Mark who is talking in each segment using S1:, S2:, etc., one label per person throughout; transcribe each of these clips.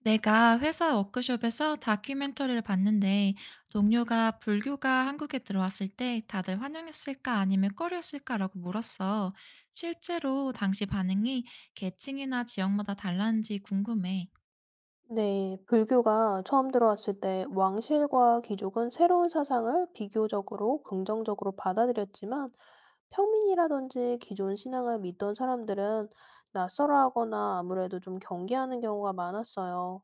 S1: 내가 회사 워크숍에서 다큐멘터리를 봤는데 동료가 불교가 한국에 들어왔을 때 다들 환영했을까 아니면 꺼려했을까라고 물었어. 실제로 당시 반응이 계층이나 지역마다 달랐는지 궁금해.
S2: 네, 불교가 처음 들어왔을 때 왕실과 귀족은 새로운 사상을 비교적으로 긍정적으로 받아들였지만 평민이라든지 기존 신앙을 믿던 사람들은 낯설어하거나 아무래도 좀 경계하는 경우가 많았어요.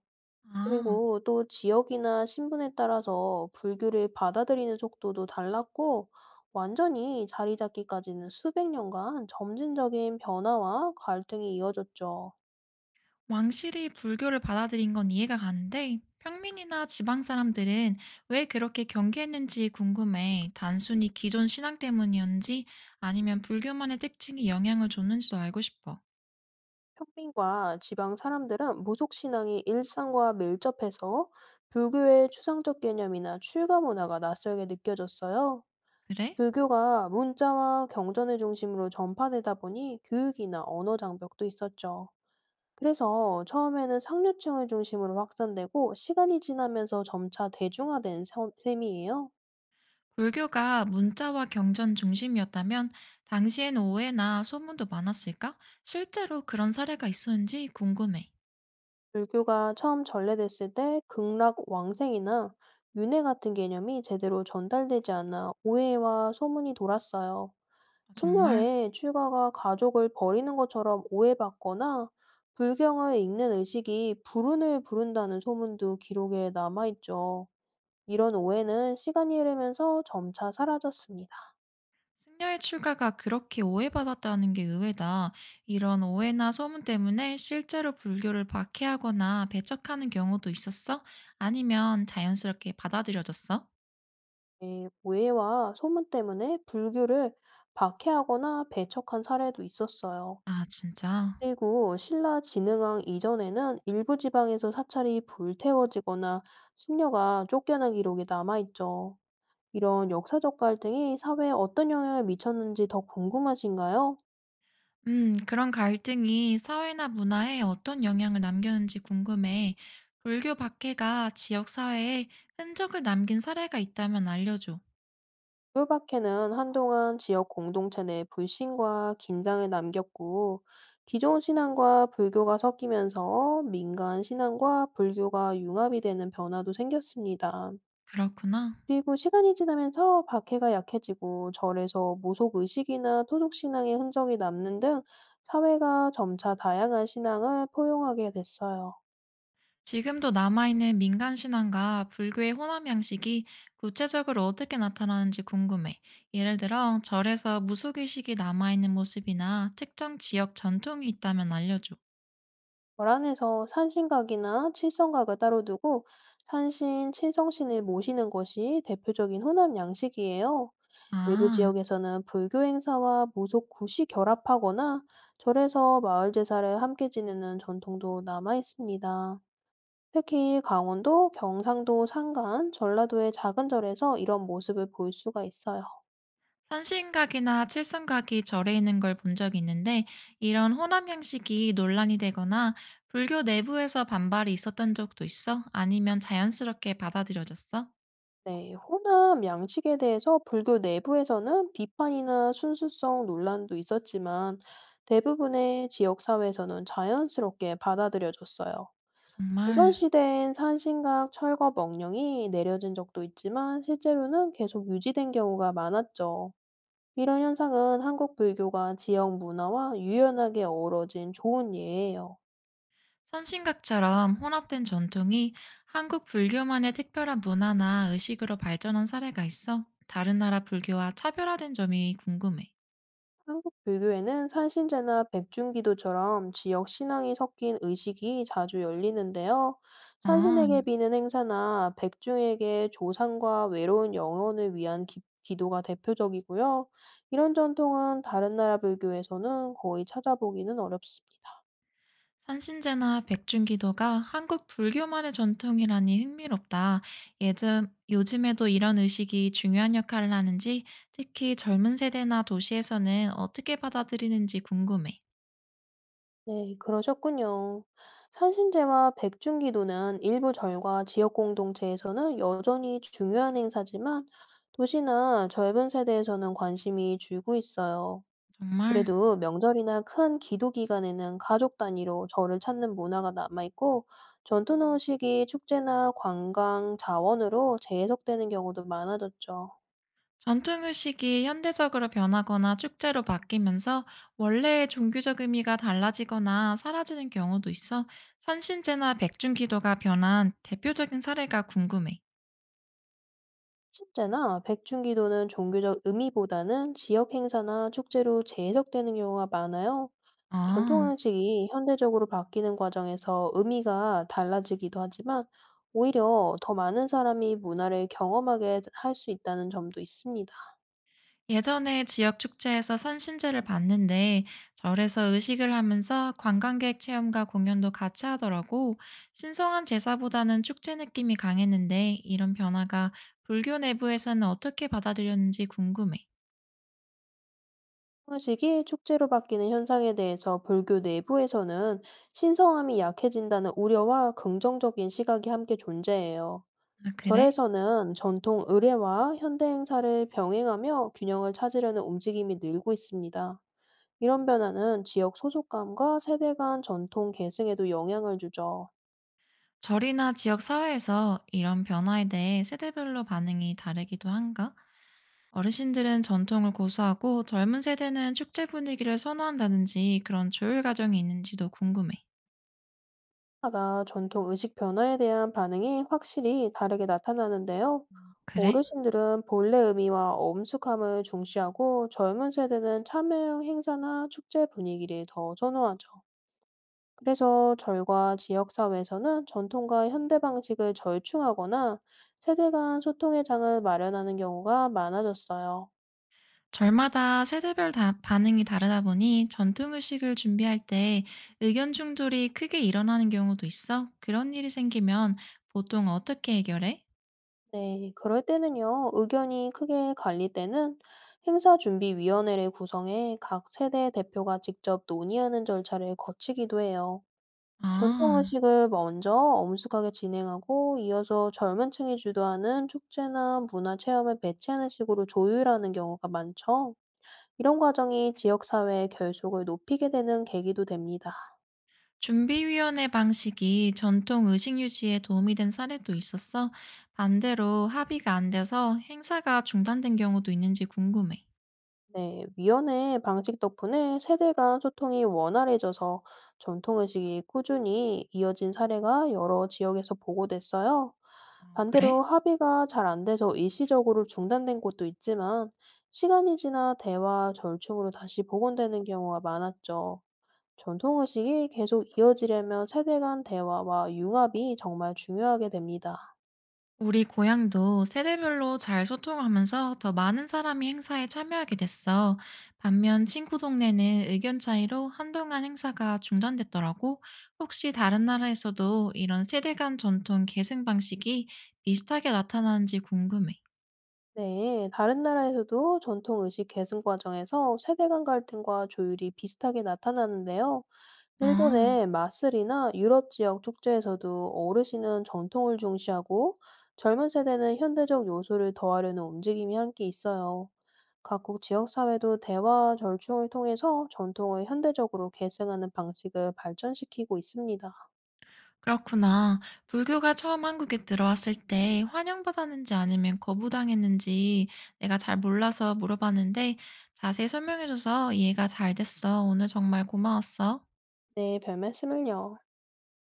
S1: 아,
S2: 그리고 또 지역이나 신분에 따라서 불교를 받아들이는 속도도 달랐고 완전히 자리 잡기까지는 수백 년간 점진적인 변화와 갈등이 이어졌죠.
S1: 왕실이 불교를 받아들인 건 이해가 가는데 평민이나 지방 사람들은 왜 그렇게 경계했는지 궁금해. 단순히 기존 신앙 때문이었는지 아니면 불교만의 특징이 영향을 줬는지도 알고 싶어.
S2: 평민과 지방 사람들은 무속 신앙이 일상과 밀접해서 불교의 추상적 개념이나 출가 문화가 낯설게 느껴졌어요.
S1: 그래?
S2: 불교가 문자와 경전을 중심으로 전파되다 보니 교육이나 언어 장벽도 있었죠. 그래서 처음에는 상류층을 중심으로 확산되고 시간이 지나면서 점차 대중화된 셈이에요.
S1: 불교가 문자와 경전 중심이었다면 당시엔 오해나 소문도 많았을까? 실제로 그런 사례가 있었는지 궁금해.
S2: 불교가 처음 전래됐을 때 극락 왕생이나 윤회 같은 개념이 제대로 전달되지 않아 오해와 소문이 돌았어요.
S1: 정말?
S2: 승려의 출가가 가족을 버리는 것처럼 오해받거나 불경을 읽는 의식이 불운을 부른다는 소문도 기록에 남아있죠. 이런 오해는 시간이 흐르면서 점차 사라졌습니다.
S1: 승려의 출가가 그렇게 오해받았다는 게 의외다. 이런 오해나 소문 때문에 실제로 불교를 박해하거나 배척하는 경우도 있었어? 아니면 자연스럽게 받아들여졌어?
S2: 예, 오해와 소문 때문에 불교를 박해하거나 배척한 사례도 있었어요.
S1: 아, 진짜?
S2: 그리고 신라 진흥왕 이전에는 일부 지방에서 사찰이 불태워지거나 신녀가 쫓겨난 기록이 남아있죠. 이런 역사적 갈등이 사회에 어떤 영향을 미쳤는지 더 궁금하신가요?
S1: 그런 갈등이 사회나 문화에 어떤 영향을 남겼는지 궁금해. 불교 박해가 지역 사회에 흔적을 남긴 사례가 있다면 알려줘.
S2: 꿀밖에는 한동안 지역 공동체 내 불신과 긴장을 남겼고, 기존 신앙과 불교가 섞이면서 민간 신앙과 불교가 융합이 되는 변화도 생겼습니다.
S1: 그렇구나.
S2: 그리고 시간이 지나면서 박해가 약해지고 절에서 모속 의식이나 토속 신앙의 흔적이 남는 등 사회가 점차 다양한 신앙을 포용하게 됐어요.
S1: 지금도 남아있는 민간 신앙과 불교의 혼합 양식이 구체적으로 어떻게 나타나는지 궁금해. 예를 들어, 절에서 무속의식이 남아있는 모습이나 특정 지역 전통이 있다면 알려줘.
S2: 거란에서 산신각이나 칠성각을 따로 두고 산신, 칠성신을 모시는 것이 대표적인 혼합 양식이에요. 일부
S1: 아.
S2: 지역에서는 불교 행사와 모속 굿이 결합하거나 절에서 마을 제사를 함께 지내는 전통도 남아 있습니다. 특히 강원도, 경상도 산간, 전라도의 작은 절에서 이런 모습을 볼 수가 있어요.
S1: 산신각이나 칠성각이 절에 있는 걸 본 적이 있는데 이런 호남 형식이 논란이 되거나 불교 내부에서 반발이 있었던 적도 있어? 아니면 자연스럽게 받아들여졌어?
S2: 네, 호남 양식에 대해서 불교 내부에서는 비판이나 순수성 논란도 있었지만 대부분의 지역 사회에서는 자연스럽게 받아들여졌어요.
S1: 정말
S2: 조선시대엔 산신각, 철거 명령이 내려진 적도 있지만 실제로는 계속 유지된 경우가 많았죠. 이런 현상은 한국 불교가 지역 문화와 유연하게 어우러진 좋은 예예요.
S1: 산신각처럼 혼합된 전통이 한국 불교만의 특별한 문화나 의식으로 발전한 사례가 있어? 다른 나라 불교와 차별화된 점이 궁금해.
S2: 한국 불교에는 산신제나 백중기도처럼 지역 신앙이 섞인 의식이 자주 열리는데요. 산신에게
S1: 아.
S2: 비는 행사나 백중에게 조상과 외로운 영혼을 위한 기, 도가 대표적이고요. 이런 전통은 다른 나라 불교에서는 거의 찾아보기는 어렵습니다.
S1: 산신제나 백중기도가 한국 불교만의 전통이라니 흥미롭다. 예즘 요즘에도 이런 의식이 중요한 역할을 하는지, 특히 젊은 세대나 도시에서는 어떻게 받아들이는지 궁금해.
S2: 네, 그러셨군요. 산신제와 백중기도는 일부 절과 지역 공동체에서는 여전히 중요한 행사지만 도시나 젊은 세대에서는 관심이 줄고 있어요.
S1: 정말?
S2: 그래도 명절이나 큰 기도 기간에는 가족 단위로 절을 찾는 문화가 남아있고 전통 의식이 축제나 관광 자원으로 재해석되는 경우도 많아졌죠.
S1: 전통 의식이 현대적으로 변하거나 축제로 바뀌면서 원래의 종교적 의미가 달라지거나 사라지는 경우도 있어. 산신제나 백중기도가 변한 대표적인 사례가 궁금해.
S2: 십제나 백중기도는 종교적 의미보다는 지역 행사나 축제로 재해석되는 경우가 많아요. 전통
S1: 아.
S2: 음식이 현대적으로 바뀌는 과정에서 의미가 달라지기도 하지만 오히려 더 많은 사람이 문화를 경험하게 할 수 있다는 점도 있습니다.
S1: 예전에 지역 축제에서 선신제를 봤는데 절에서 의식을 하면서 관광객 체험과 공연도 같이 하더라고. 신성한 제사보다는 축제 느낌이 강했는데 이런 변화가 불교 내부에서는 어떻게 받아들였는지 궁금해.
S2: 음식이 축제로 바뀌는 현상에 대해서 불교 내부에서는 신성함이 약해진다는 우려와 긍정적인 시각이 함께 존재해요.
S1: 아, 그래?
S2: 절에서는 전통 의례와 현대 행사를 병행하며 균형을 찾으려는 움직임이 늘고 있습니다. 이런 변화는 지역 소속감과 세대 간 전통 계승에도 영향을 주죠.
S1: 절이나 지역 사회에서 이런 변화에 대해 세대별로 반응이 다르기도 한가? 어르신들은 전통을 고수하고 젊은 세대는 축제 분위기를 선호한다든지 그런 조율 과정이 있는지도 궁금해.
S2: 따라 전통 의식 변화에 대한 반응이 확실히 다르게 나타나는데요.
S1: 그래?
S2: 어르신들은 본래 의미와 엄숙함을 중시하고 젊은 세대는 참여형 행사나 축제 분위기를 더 선호하죠. 그래서 절과 지역사회에서는 전통과 현대 방식을 절충하거나 세대 간 소통의 장을 마련하는 경우가 많아졌어요.
S1: 절마다 세대별 반응이 다르다 보니 전통 의식을 준비할 때 의견 충돌이 크게 일어나는 경우도 있어. 그런 일이 생기면 보통 어떻게 해결해?
S2: 네, 그럴 때는요, 의견이 크게 갈릴 때는 행사준비위원회를 구성해 각 세대 대표가 직접 논의하는 절차를 거치기도 해요.
S1: 아,
S2: 전통의식을 먼저 엄숙하게 진행하고 이어서 젊은 층이 주도하는 축제나 문화체험을 배치하는 식으로 조율하는 경우가 많죠. 이런 과정이 지역사회의 결속을 높이게 되는 계기도 됩니다.
S1: 준비위원회 방식이 전통 의식 유지에 도움이 된 사례도 있었어. 반대로 합의가 안 돼서 행사가 중단된 경우도 있는지 궁금해.
S2: 네, 위원회 방식 덕분에 세대 간 소통이 원활해져서 전통 의식이 꾸준히 이어진 사례가 여러 지역에서 보고됐어요.
S1: 어, 그래?
S2: 반대로 합의가 잘 안 돼서 일시적으로 중단된 곳도 있지만 시간이 지나 대화 절충으로 다시 복원되는 경우가 많았죠. 전통 의식이 계속 이어지려면 세대 간 대화와 융합이 정말 중요하게 됩니다.
S1: 우리 고향도 세대별로 잘 소통하면서 더 많은 사람이 행사에 참여하게 됐어. 반면 친구 동네는 의견 차이로 한동안 행사가 중단됐더라고. 혹시 다른 나라에서도 이런 세대 간 전통 계승 방식이 비슷하게 나타나는지 궁금해.
S2: 네, 다른 나라에서도 전통 의식 계승 과정에서 세대 간 갈등과 조율이 비슷하게 나타나는데요.
S1: 아,
S2: 일본의 마쓰리나 유럽 지역 축제에서도 어르신은 전통을 중시하고 젊은 세대는 현대적 요소를 더하려는 움직임이 함께 있어요. 각국 지역 사회도 대화 절충을 통해서 전통을 현대적으로 계승하는 방식을 발전시키고 있습니다.
S1: 그렇구나. 불교가 처음 한국에 들어왔을 때 환영받았는지 아니면 거부당했는지 내가 잘 몰라서 물어봤는데 자세히 설명해줘서 이해가 잘 됐어. 오늘 정말 고마웠어.
S2: 네, 별 말씀을요.